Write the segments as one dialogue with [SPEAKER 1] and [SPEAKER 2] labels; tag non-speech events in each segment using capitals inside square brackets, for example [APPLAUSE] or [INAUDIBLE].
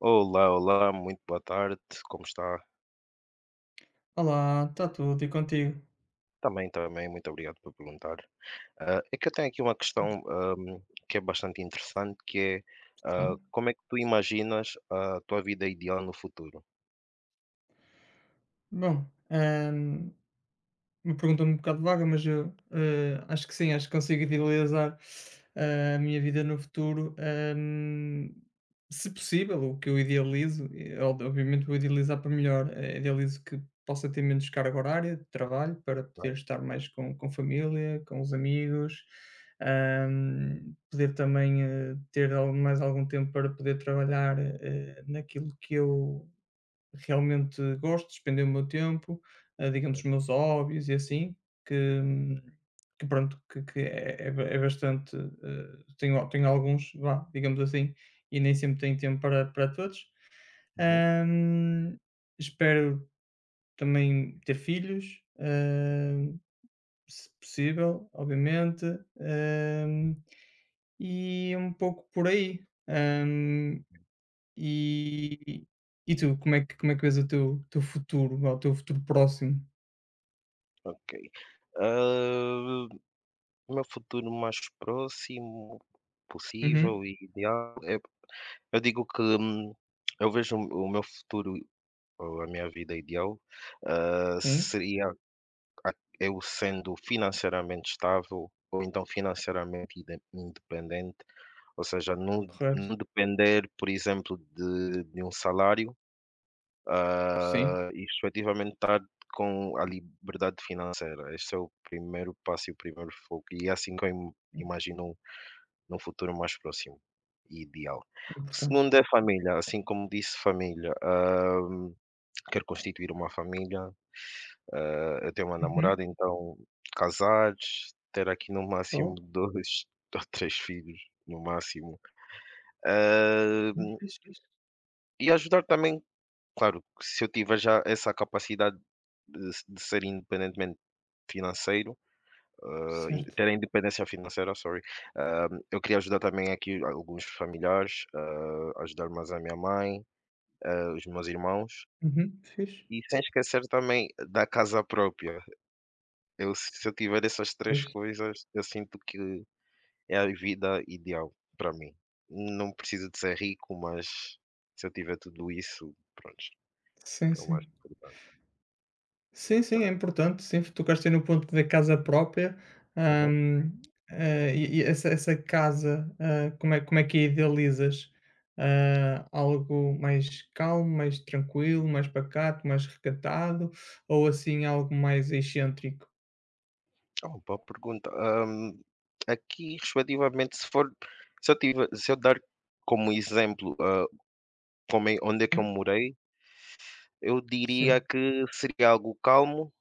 [SPEAKER 1] Olá, olá, muito boa tarde, como está?
[SPEAKER 2] Olá, está tudo e contigo?
[SPEAKER 1] Também, também, muito obrigado por perguntar. Ah, é que eu tenho aqui uma questão, que é bastante interessante, que é, ah,
[SPEAKER 2] Sim.
[SPEAKER 1] como é que tu imaginas a tua vida ideal no futuro?
[SPEAKER 2] Bom, ahm, uma pergunta um bocado vaga, mas eu acho que sim, acho que consigo idealizar a minha vida no futuro, se possível, o que eu idealizo, e, obviamente vou idealizar para melhor, idealizo que possa ter menos carga horária de trabalho para poder estar mais com família, com os amigos, poder também ter mais algum tempo para poder trabalhar naquilo que eu realmente gosto de despender o meu tempo, digamos, os meus hobbies e assim, que, hum, que pronto, que é, é ba- é bastante. Tenho, tenho alguns, vá, digamos assim, e nem sempre tenho tempo para todos.
[SPEAKER 1] Uhum.
[SPEAKER 2] Ahm, espero também ter filhos, se possível, obviamente. ahm, e um pouco por aí. Hum, e e tu, como é que vês o teu futuro, ou o teu futuro próximo?
[SPEAKER 1] Ok. Ah, o meu futuro mais próximo possível
[SPEAKER 2] Uhum,
[SPEAKER 1] e ideal é, eu digo que eu vejo o meu futuro, ou a minha vida ideal, ah,
[SPEAKER 2] sim,
[SPEAKER 1] seria a eu sendo financeiramente estável ou então financeiramente independente, ou seja, não
[SPEAKER 2] correto.
[SPEAKER 1] não depender, por exemplo, de um salário,
[SPEAKER 2] Sim,
[SPEAKER 1] ah, e efetivamente estar com a liberdade financeira. Este é o primeiro passo e o primeiro foco e é assim que eu im imagino num futuro mais próximo e ideal.
[SPEAKER 2] importante.
[SPEAKER 1] Segundo é família, assim como disse família, quero constituir uma família, eu tenho uma namorada,
[SPEAKER 2] Uhum.
[SPEAKER 1] então casados, ter aqui no máximo
[SPEAKER 2] Boa.
[SPEAKER 1] 2, [LAUGHS] ou 3 filhos, no máximo. Eh,
[SPEAKER 2] Não, fixe, fixe.
[SPEAKER 1] e ajudar também, claro, que se eu tiver já essa capacidade de ser independentemente financeiro, eh, in
[SPEAKER 2] Certo.
[SPEAKER 1] ter a independência financeira, sorry, eu queria ajudar também aqui alguns familiares, ajudar mais a minha mãe, os meus irmãos,
[SPEAKER 2] Uhum, fixe.
[SPEAKER 1] e sem esquecer também da casa própria. Eu Se eu tiver essas três
[SPEAKER 2] Pois.
[SPEAKER 1] coisas, eu sinto que é a vida ideal para mim. Não preciso de ser rico, mas se eu tiver tudo isso, pronto,
[SPEAKER 2] Sim,
[SPEAKER 1] é o mais
[SPEAKER 2] sim.
[SPEAKER 1] importante.
[SPEAKER 2] Sim, sim, é importante. Sim, tocaste aí no ponto da casa própria.
[SPEAKER 1] Uhum.
[SPEAKER 2] ahm, e essa casa, como é que a idealizas? Ah, algo mais calmo, mais tranquilo, mais pacato, mais recatado? Ou assim algo mais excêntrico?
[SPEAKER 1] É uma boa pergunta. Aqui, respectivamente, se for, se eu tiver, se eu dar como exemplo, ah, onde é que eu
[SPEAKER 2] Uhum,
[SPEAKER 1] morei, eu diria
[SPEAKER 2] sim,
[SPEAKER 1] que seria algo calmo,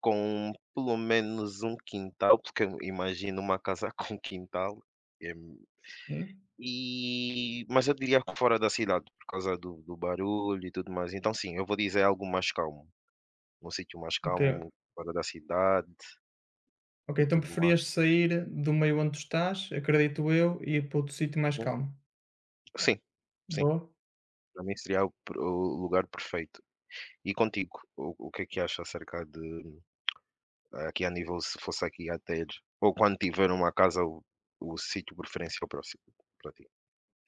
[SPEAKER 1] com pelo menos um quintal, porque eu imagino uma casa [LAUGHS] com quintal. é
[SPEAKER 2] sim.
[SPEAKER 1] E mas eu diria que fora da cidade, por causa do barulho e tudo mais. Então sim, eu vou dizer algo mais calmo, num sítio mais
[SPEAKER 2] Ok.
[SPEAKER 1] calmo, fora da cidade
[SPEAKER 2] Ok,
[SPEAKER 1] e
[SPEAKER 2] então
[SPEAKER 1] tudo mais.
[SPEAKER 2] preferias sair do meio onde tu estás, acredito eu, e ir para outro sítio mais
[SPEAKER 1] Uhum.
[SPEAKER 2] calmo.
[SPEAKER 1] Sim, sim,
[SPEAKER 2] Boa.
[SPEAKER 1] para mim seria o lugar perfeito. E contigo, o que é que achas acerca de aqui a nível se fosse aqui a ter ou quando tiver uma casa, o sítio preferencial próximo para ti?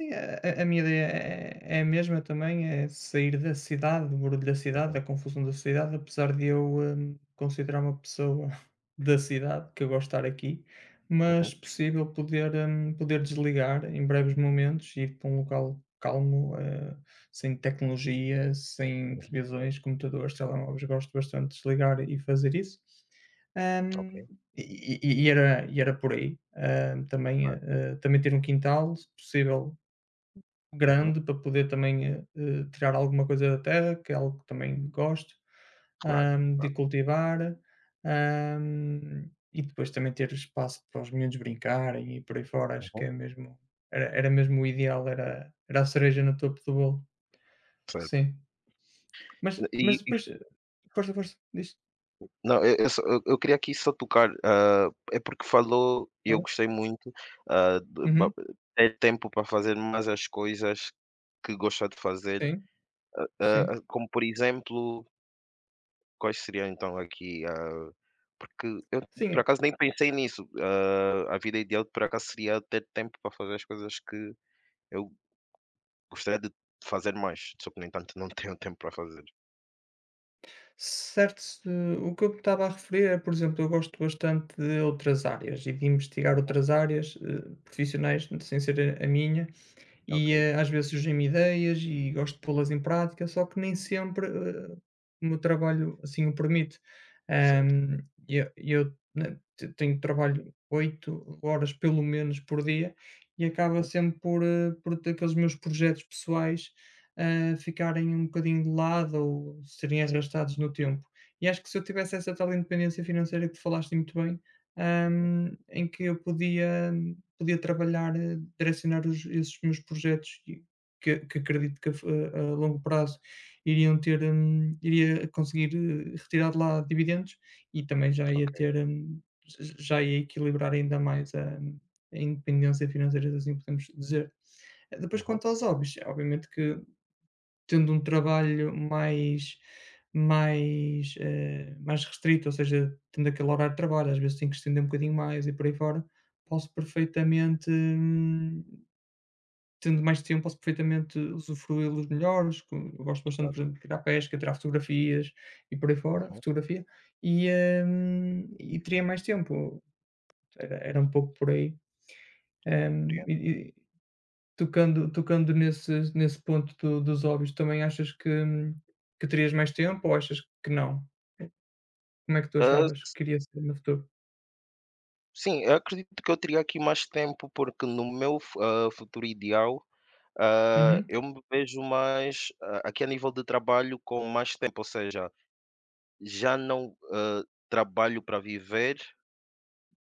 [SPEAKER 2] Sim, a minha ideia é a mesma também, é sair da cidade, do barulho da cidade, da
[SPEAKER 1] Uhum,
[SPEAKER 2] confusão da cidade, apesar de eu, considerar uma pessoa [LAUGHS] da cidade, que eu gosto de estar aqui, mas
[SPEAKER 1] uhum,
[SPEAKER 2] possível poder, poder desligar em breves momentos ir para um local calmo, sem tecnologia, sem
[SPEAKER 1] uhum.
[SPEAKER 2] televisões, computadores, telemóveis. Gosto bastante de desligar e fazer isso.
[SPEAKER 1] Ok,
[SPEAKER 2] Hum, e era por aí. Hum, também,
[SPEAKER 1] claro.
[SPEAKER 2] eh, também ter um quintal, se possível
[SPEAKER 1] Uhum,
[SPEAKER 2] grande para poder também, tirar alguma coisa da terra, que é algo que também gosto,
[SPEAKER 1] claro,
[SPEAKER 2] de
[SPEAKER 1] claro.
[SPEAKER 2] cultivar, e depois também ter espaço para os miúdos brincarem e por aí fora, acho que
[SPEAKER 1] Uhum,
[SPEAKER 2] é mesmo era mesmo o ideal, era a cereja no topo do bolo,
[SPEAKER 1] certo.
[SPEAKER 2] sim. Mas
[SPEAKER 1] E
[SPEAKER 2] depois força, força, diz.
[SPEAKER 1] Não, eu só eu queria aqui só tocar, ah, é porque falou e eu
[SPEAKER 2] Claro.
[SPEAKER 1] gostei muito, ah, de ba
[SPEAKER 2] Uhum,
[SPEAKER 1] ter tempo para fazer mais as coisas que gosta de fazer,
[SPEAKER 2] sim,
[SPEAKER 1] ah,
[SPEAKER 2] sim.
[SPEAKER 1] ah, como por exemplo, quais seriam então aqui, ah, porque eu por
[SPEAKER 2] Sim,
[SPEAKER 1] acaso nem pensei nisso, ah, a vida ideal por acaso seria ter tempo para fazer as coisas que eu gostaria de fazer mais, só que no entanto não [LAUGHS] tenho tempo para fazer.
[SPEAKER 2] certo, o que eu me estava a referir é, por exemplo, eu gosto bastante de outras áreas e de investigar
[SPEAKER 1] Uhum,
[SPEAKER 2] outras áreas profissionais, sem ser a minha,
[SPEAKER 1] ok,
[SPEAKER 2] e, às vezes surgem-me ideias e gosto de pô-las em prática, só que nem sempre, o meu trabalho assim o permite.
[SPEAKER 1] está certo.
[SPEAKER 2] Ahm, eu, né, te tenho trabalho 8 horas pelo menos por dia e acaba
[SPEAKER 1] Uhum,
[SPEAKER 2] sempre por ter aqueles meus projetos pessoais, ficarem um bocadinho de lado ou serem
[SPEAKER 1] certo,
[SPEAKER 2] arrastados no
[SPEAKER 1] compreendo.
[SPEAKER 2] tempo. E acho que se eu tivesse essa tal independência financeira que tu falaste muito bem,
[SPEAKER 1] Uhum,
[SPEAKER 2] em que eu podia trabalhar, direcionar os esses meus projetos e que acredito que a f a longo prazo iriam ter, iria conseguir, retirar de lá dividendos e também já ia
[SPEAKER 1] ok.
[SPEAKER 2] ter, j já ia equilibrar ainda mais a independência financeira, se assim podemos dizer. Depois
[SPEAKER 1] Uhum,
[SPEAKER 2] quanto aos hobbies, obviamente que tendo um trabalho mais restrito, ou seja, tendo aquele horário de trabalho, às vezes tenho que estender um bocadinho mais e por aí fora, posso perfeitamente, tendo mais tempo, posso perfeitamente usufruí-los melhores, co eu gosto bastante, por
[SPEAKER 1] claro.
[SPEAKER 2] exemplo, de ir à pesca, tirar fotografias e por aí fora,
[SPEAKER 1] Uhum,
[SPEAKER 2] fotografia, e, e teria mais tempo, era um pouco por aí. hum,
[SPEAKER 1] compreendo.
[SPEAKER 2] e Tocando tocando nesse ponto do dos hobbies, também achas que terias mais tempo ou achas que não? Como é que tu
[SPEAKER 1] Ah,
[SPEAKER 2] achavas que iria ser no futuro?
[SPEAKER 1] sim, eu acredito que eu teria aqui mais tempo, porque no meu ah, futuro ideal, ah,
[SPEAKER 2] Uhum,
[SPEAKER 1] eu me vejo mais ah, aqui a nível de trabalho com mais tempo, ou seja, já não ah, trabalho para viver,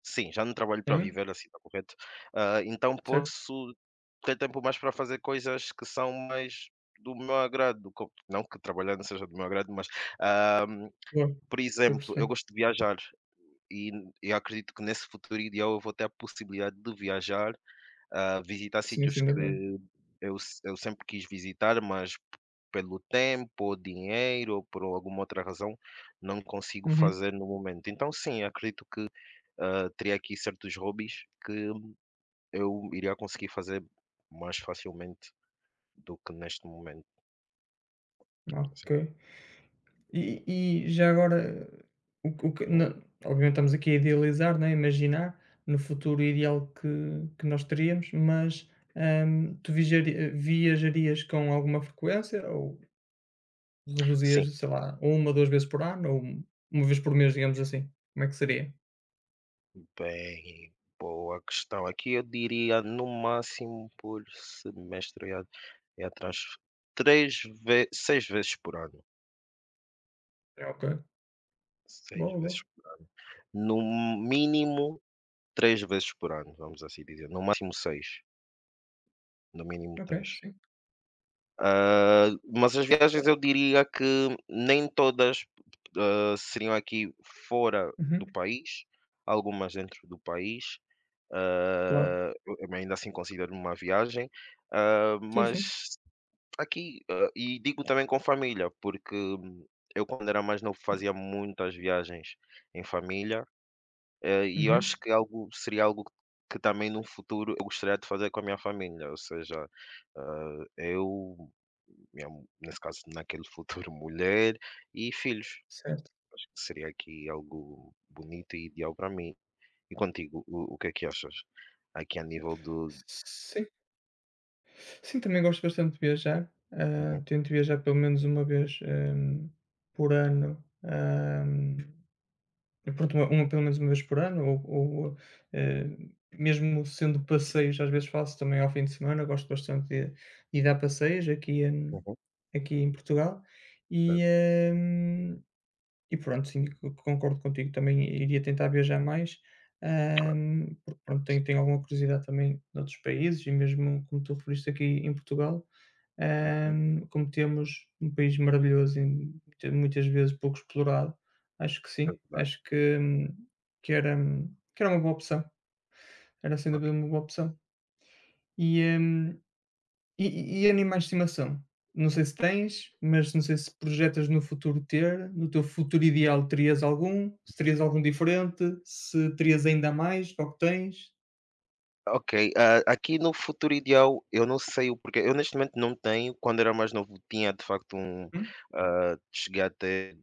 [SPEAKER 1] sim, já não trabalho para
[SPEAKER 2] sim,
[SPEAKER 1] viver, assim está correto. Ah, então
[SPEAKER 2] certo,
[SPEAKER 1] posso ter tempo mais para fazer coisas que são mais do meu agrado, não que trabalhar não seja do meu agrado, mas
[SPEAKER 2] boa.
[SPEAKER 1] por
[SPEAKER 2] Estou a
[SPEAKER 1] exemplo, eu
[SPEAKER 2] perceber.
[SPEAKER 1] gosto de viajar e eu acredito que nesse futuro ideal eu vou ter a possibilidade de viajar a visitar
[SPEAKER 2] Sim,
[SPEAKER 1] sítios
[SPEAKER 2] sem
[SPEAKER 1] que
[SPEAKER 2] dúvida.
[SPEAKER 1] eu se eu sempre quis visitar, mas p pelo tempo, ou dinheiro, ou por alguma outra razão, não consigo
[SPEAKER 2] Uhum,
[SPEAKER 1] fazer no momento. Então sim, acredito que, teria aqui certos hobbies que eu iria conseguir fazer mais facilmente do que neste momento,
[SPEAKER 2] ok.
[SPEAKER 1] assim.
[SPEAKER 2] E já agora, o que na
[SPEAKER 1] Uhum.
[SPEAKER 2] obviamente estamos aqui a idealizar, não é, imaginar no futuro ideal que nós teríamos, mas, tu vijaria viajarias com alguma frequência?
[SPEAKER 1] Sim,
[SPEAKER 2] Reduzias, sei lá, uma, 2 vezes por ano ou uma vez por mês, digamos assim. Como é que seria?
[SPEAKER 1] bem, boa questão. Aqui eu diria no máximo por semestre é a é atrás 3 ve 6 vezes por ano,
[SPEAKER 2] É, ok.
[SPEAKER 1] 6
[SPEAKER 2] Boa,
[SPEAKER 1] vezes
[SPEAKER 2] boa.
[SPEAKER 1] no mínimo 3 vezes por ano, vamos assim dizer, no máximo 6, no mínimo
[SPEAKER 2] Ok,
[SPEAKER 1] 3.
[SPEAKER 2] sim.
[SPEAKER 1] Ah, mas as viagens eu diria que nem todas, ah, seriam aqui fora do
[SPEAKER 2] Uhum,
[SPEAKER 1] país, algumas dentro do país,
[SPEAKER 2] claro.
[SPEAKER 1] ah, eu ainda assim considero uma viagem, ah,
[SPEAKER 2] Sim, sim.
[SPEAKER 1] mas aqui, ah, e digo também com família, porque eu quando era mais novo fazia muitas viagens em família. E eu
[SPEAKER 2] Uhum,
[SPEAKER 1] acho que algo seria algo que também no futuro eu gostaria de fazer com a minha família, ou seja, ah, eu, nesse caso, naquele futuro, [LAUGHS] mulher e filhos.
[SPEAKER 2] certo.
[SPEAKER 1] Acho que seria aqui algo bonito e ideal para mim. E contigo, o que é que achas? Aqui a nível do.
[SPEAKER 2] Sim. Sim, também gosto bastante de viajar. Ah,
[SPEAKER 1] Uhum,
[SPEAKER 2] tento viajar pelo menos uma vez, por ano. E pronto, uma pelo menos uma vez por ano ou, eh, mesmo sendo passeios, às vezes faço também ao fim de semana, gosto bastante de dar passeios aqui em
[SPEAKER 1] uhum,
[SPEAKER 2] aqui em Portugal e,
[SPEAKER 1] certo,
[SPEAKER 2] hum e pronto, sim, co concordo contigo, também iria tentar viajar mais,
[SPEAKER 1] claro.
[SPEAKER 2] porque pronto, tenho alguma curiosidade também noutros países e mesmo como tu referiste aqui em Portugal,
[SPEAKER 1] Uhum,
[SPEAKER 2] como temos um país maravilhoso e muitas vezes pouco explorado, acho que
[SPEAKER 1] é
[SPEAKER 2] sim,
[SPEAKER 1] verdade.
[SPEAKER 2] acho que era uma boa opção, era sem dúvida uma boa opção. E, hum e animais de estimação? Não sei se tens, mas não sei se projetas no futuro ter, no teu futuro ideal terias algum? Se terias algum diferente? Se terias ainda mais que tens?
[SPEAKER 1] Ok, ah, aqui no futuro ideal, eu não sei o porquê. Eu neste momento não tenho. Quando era mais novo, tinha de facto um.
[SPEAKER 2] Hum?
[SPEAKER 1] Ah, cheguei a ter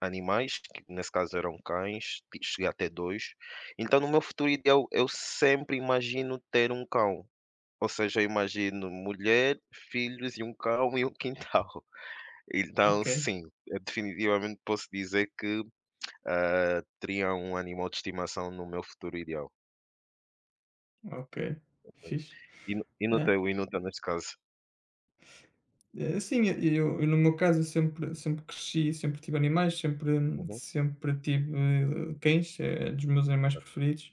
[SPEAKER 1] animais, que nesse caso eram cães, cheguei a ter dois. Então, no meu futuro ideal, eu sempre imagino ter um cão. Ou seja, eu imagino mulher, filhos e um cão e um quintal. [LAUGHS] Então,
[SPEAKER 2] Ok,
[SPEAKER 1] sim, eu definitivamente posso dizer que ah, teria um animal de estimação no meu futuro ideal.
[SPEAKER 2] ok, fixe. É.
[SPEAKER 1] E no teu, neste caso.
[SPEAKER 2] Sim, eu no meu caso eu sempre cresci, sempre tive animais,
[SPEAKER 1] Uhum.
[SPEAKER 2] sempre tive cães, é dos meus animais preferidos.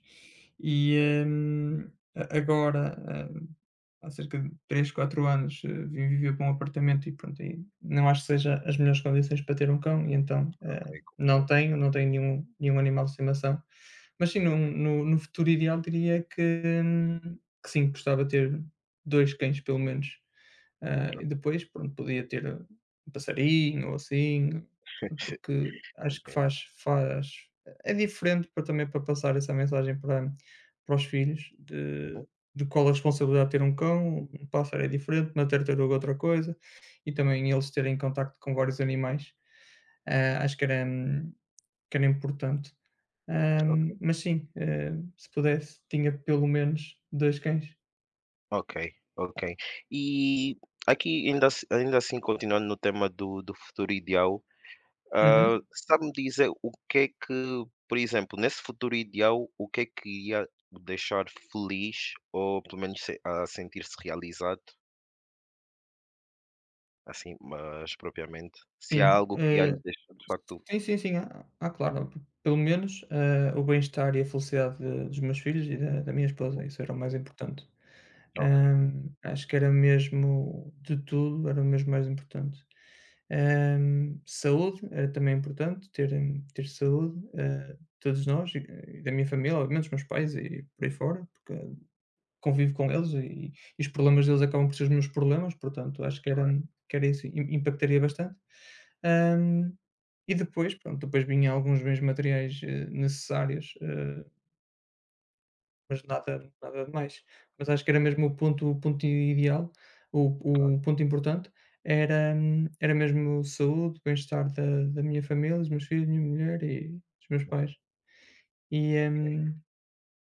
[SPEAKER 2] E agora, eh, há cerca de 3 4 anos, vim viver para um apartamento e pronto, e não acho que seja as melhores condições para ter um cão, e então
[SPEAKER 1] Ok,
[SPEAKER 2] não
[SPEAKER 1] compreendo.
[SPEAKER 2] tenho, não tenho nenhum, nenhum animal de estimação. Mas sim, no futuro ideal diria hum, que sim, gostava de ter 2 cães pelo menos. Ah, e depois, pronto, podia ter um passarinho ou assim, pronto,
[SPEAKER 1] [LAUGHS]
[SPEAKER 2] porque acho que
[SPEAKER 1] Compreendo.
[SPEAKER 2] faz é diferente para também para passar essa mensagem para os filhos de
[SPEAKER 1] Uhum.
[SPEAKER 2] de qual a responsabilidade de ter um cão, um pássaro é diferente, uma tartaruga é outra coisa, e também eles terem contacto com vários animais. Ah, acho que era importante. Ah, mas sim, se pudesse, tinha pelo menos 2 cães.
[SPEAKER 1] Ok, ok. E aqui ainda assim continuando no tema do futuro ideal, ah,
[SPEAKER 2] Uhum,
[SPEAKER 1] sabe-me dizer o que é que, por exemplo, nesse futuro ideal, o que é que iria o deixar feliz ou pelo menos se a sentir-se realizado, assim, mas propriamente, se há
[SPEAKER 2] sim.
[SPEAKER 1] algo que ia lhe deixar de facto
[SPEAKER 2] Sim, sim, sim. Ah, claro, pelo menos, o bem-estar e a felicidade de dos meus filhos e da minha esposa,
[SPEAKER 1] uhum,
[SPEAKER 2] isso era o mais importante.
[SPEAKER 1] ok,
[SPEAKER 2] Acho que era mesmo de tudo, era mesmo mais importante. Saúde era também importante, ter saúde, todos nós e da minha família, obviamente, os meus pais e por aí fora, porque convivo com eles e os problemas deles acabam por ser os meus problemas, portanto, acho que era
[SPEAKER 1] claro,
[SPEAKER 2] que era isso, im impactaria bastante. Hã, e depois, pronto, depois vinha alguns bens materiais, necessários, mas nada nada de mais. Mas acho que era mesmo o ponto ideal, o
[SPEAKER 1] claro,
[SPEAKER 2] o ponto importante era mesmo saúde, bem-estar da minha família, dos meus filhos, da minha mulher e dos meus pais. E,
[SPEAKER 1] ok.
[SPEAKER 2] hum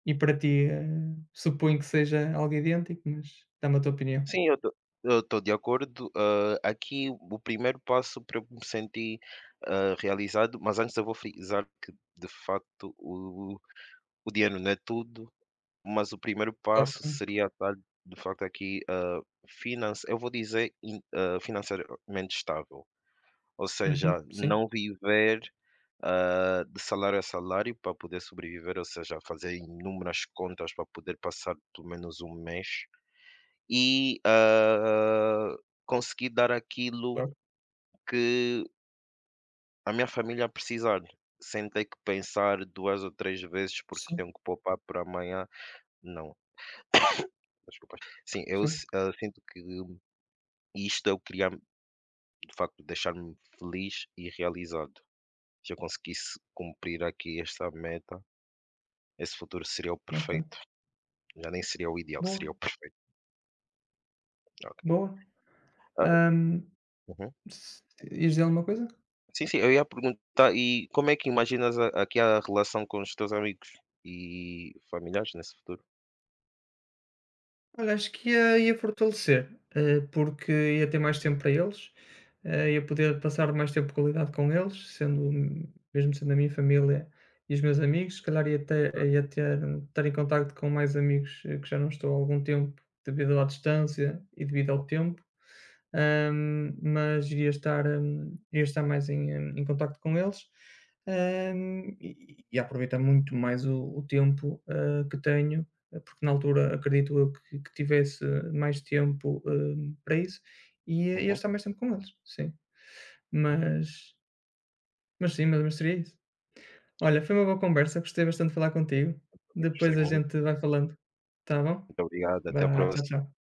[SPEAKER 2] e para ti, suponho que seja algo idêntico, mas dá-me a tua opinião.
[SPEAKER 1] Sim, eu tô de acordo. Ah, aqui o primeiro passo para eu me sentir, ah, realizado, mas antes eu vou frisar que de facto o dinheiro não é tudo, mas o primeiro
[SPEAKER 2] Claro
[SPEAKER 1] passo
[SPEAKER 2] que não.
[SPEAKER 1] seria estar de facto aqui, ah, finance eu vou dizer financeiramente estável, ou
[SPEAKER 2] Uhum.
[SPEAKER 1] seja,
[SPEAKER 2] Sim,
[SPEAKER 1] não viver, ah, de salário a salário para poder sobreviver, ou seja, fazer inúmeras contas para poder passar pelo menos um mês e, ah, conseguir dar aquilo
[SPEAKER 2] claro.
[SPEAKER 1] que a minha família precisar, sem ter que pensar 2 ou 3 vezes porque
[SPEAKER 2] Sim,
[SPEAKER 1] tenho que poupar para amanhã. Não, desculpa. Sim, eu
[SPEAKER 2] sim.
[SPEAKER 1] si ah, sinto que isto eu o de facto, deixar-me feliz e realizado. Se eu conseguisse cumprir aqui esta meta, esse futuro seria o
[SPEAKER 2] Ok.
[SPEAKER 1] perfeito, já nem seria o ideal,
[SPEAKER 2] Boa,
[SPEAKER 1] seria o perfeito. Ok.
[SPEAKER 2] boa.
[SPEAKER 1] Ah,
[SPEAKER 2] Ahm,
[SPEAKER 1] uhum.
[SPEAKER 2] s Ias dizer alguma coisa?
[SPEAKER 1] Sim, sim, eu ia perguntar, e como é que imaginas a aqui a relação com os teus amigos e familiares nesse futuro?
[SPEAKER 2] Olha, acho que ia fortalecer, porque ia ter mais tempo para eles,
[SPEAKER 1] Uhum.
[SPEAKER 2] ia poder passar mais tempo de qualidade com eles, sendo mesmo sendo a minha família e os meus amigos, se calhar ia ter estar em contacto com mais amigos, que já não estou há algum tempo devido à distância e devido ao tempo, mas iria estar mais em contacto com eles, e aproveitar muito mais o tempo, que tenho porque na altura acredito eu que tivesse mais tempo, para isso, e ia
[SPEAKER 1] Uhum.
[SPEAKER 2] estar mais tempo com eles, sim. Mas mas sim, mas seria isso.
[SPEAKER 1] Ok,
[SPEAKER 2] Olha, foi uma boa conversa, gostei bastante de falar contigo, depois
[SPEAKER 1] gostei
[SPEAKER 2] a
[SPEAKER 1] muito.
[SPEAKER 2] gente vai falando, está bom?
[SPEAKER 1] Muito obrigado, até a
[SPEAKER 2] Vá, tchau,
[SPEAKER 1] próxima.
[SPEAKER 2] tchau.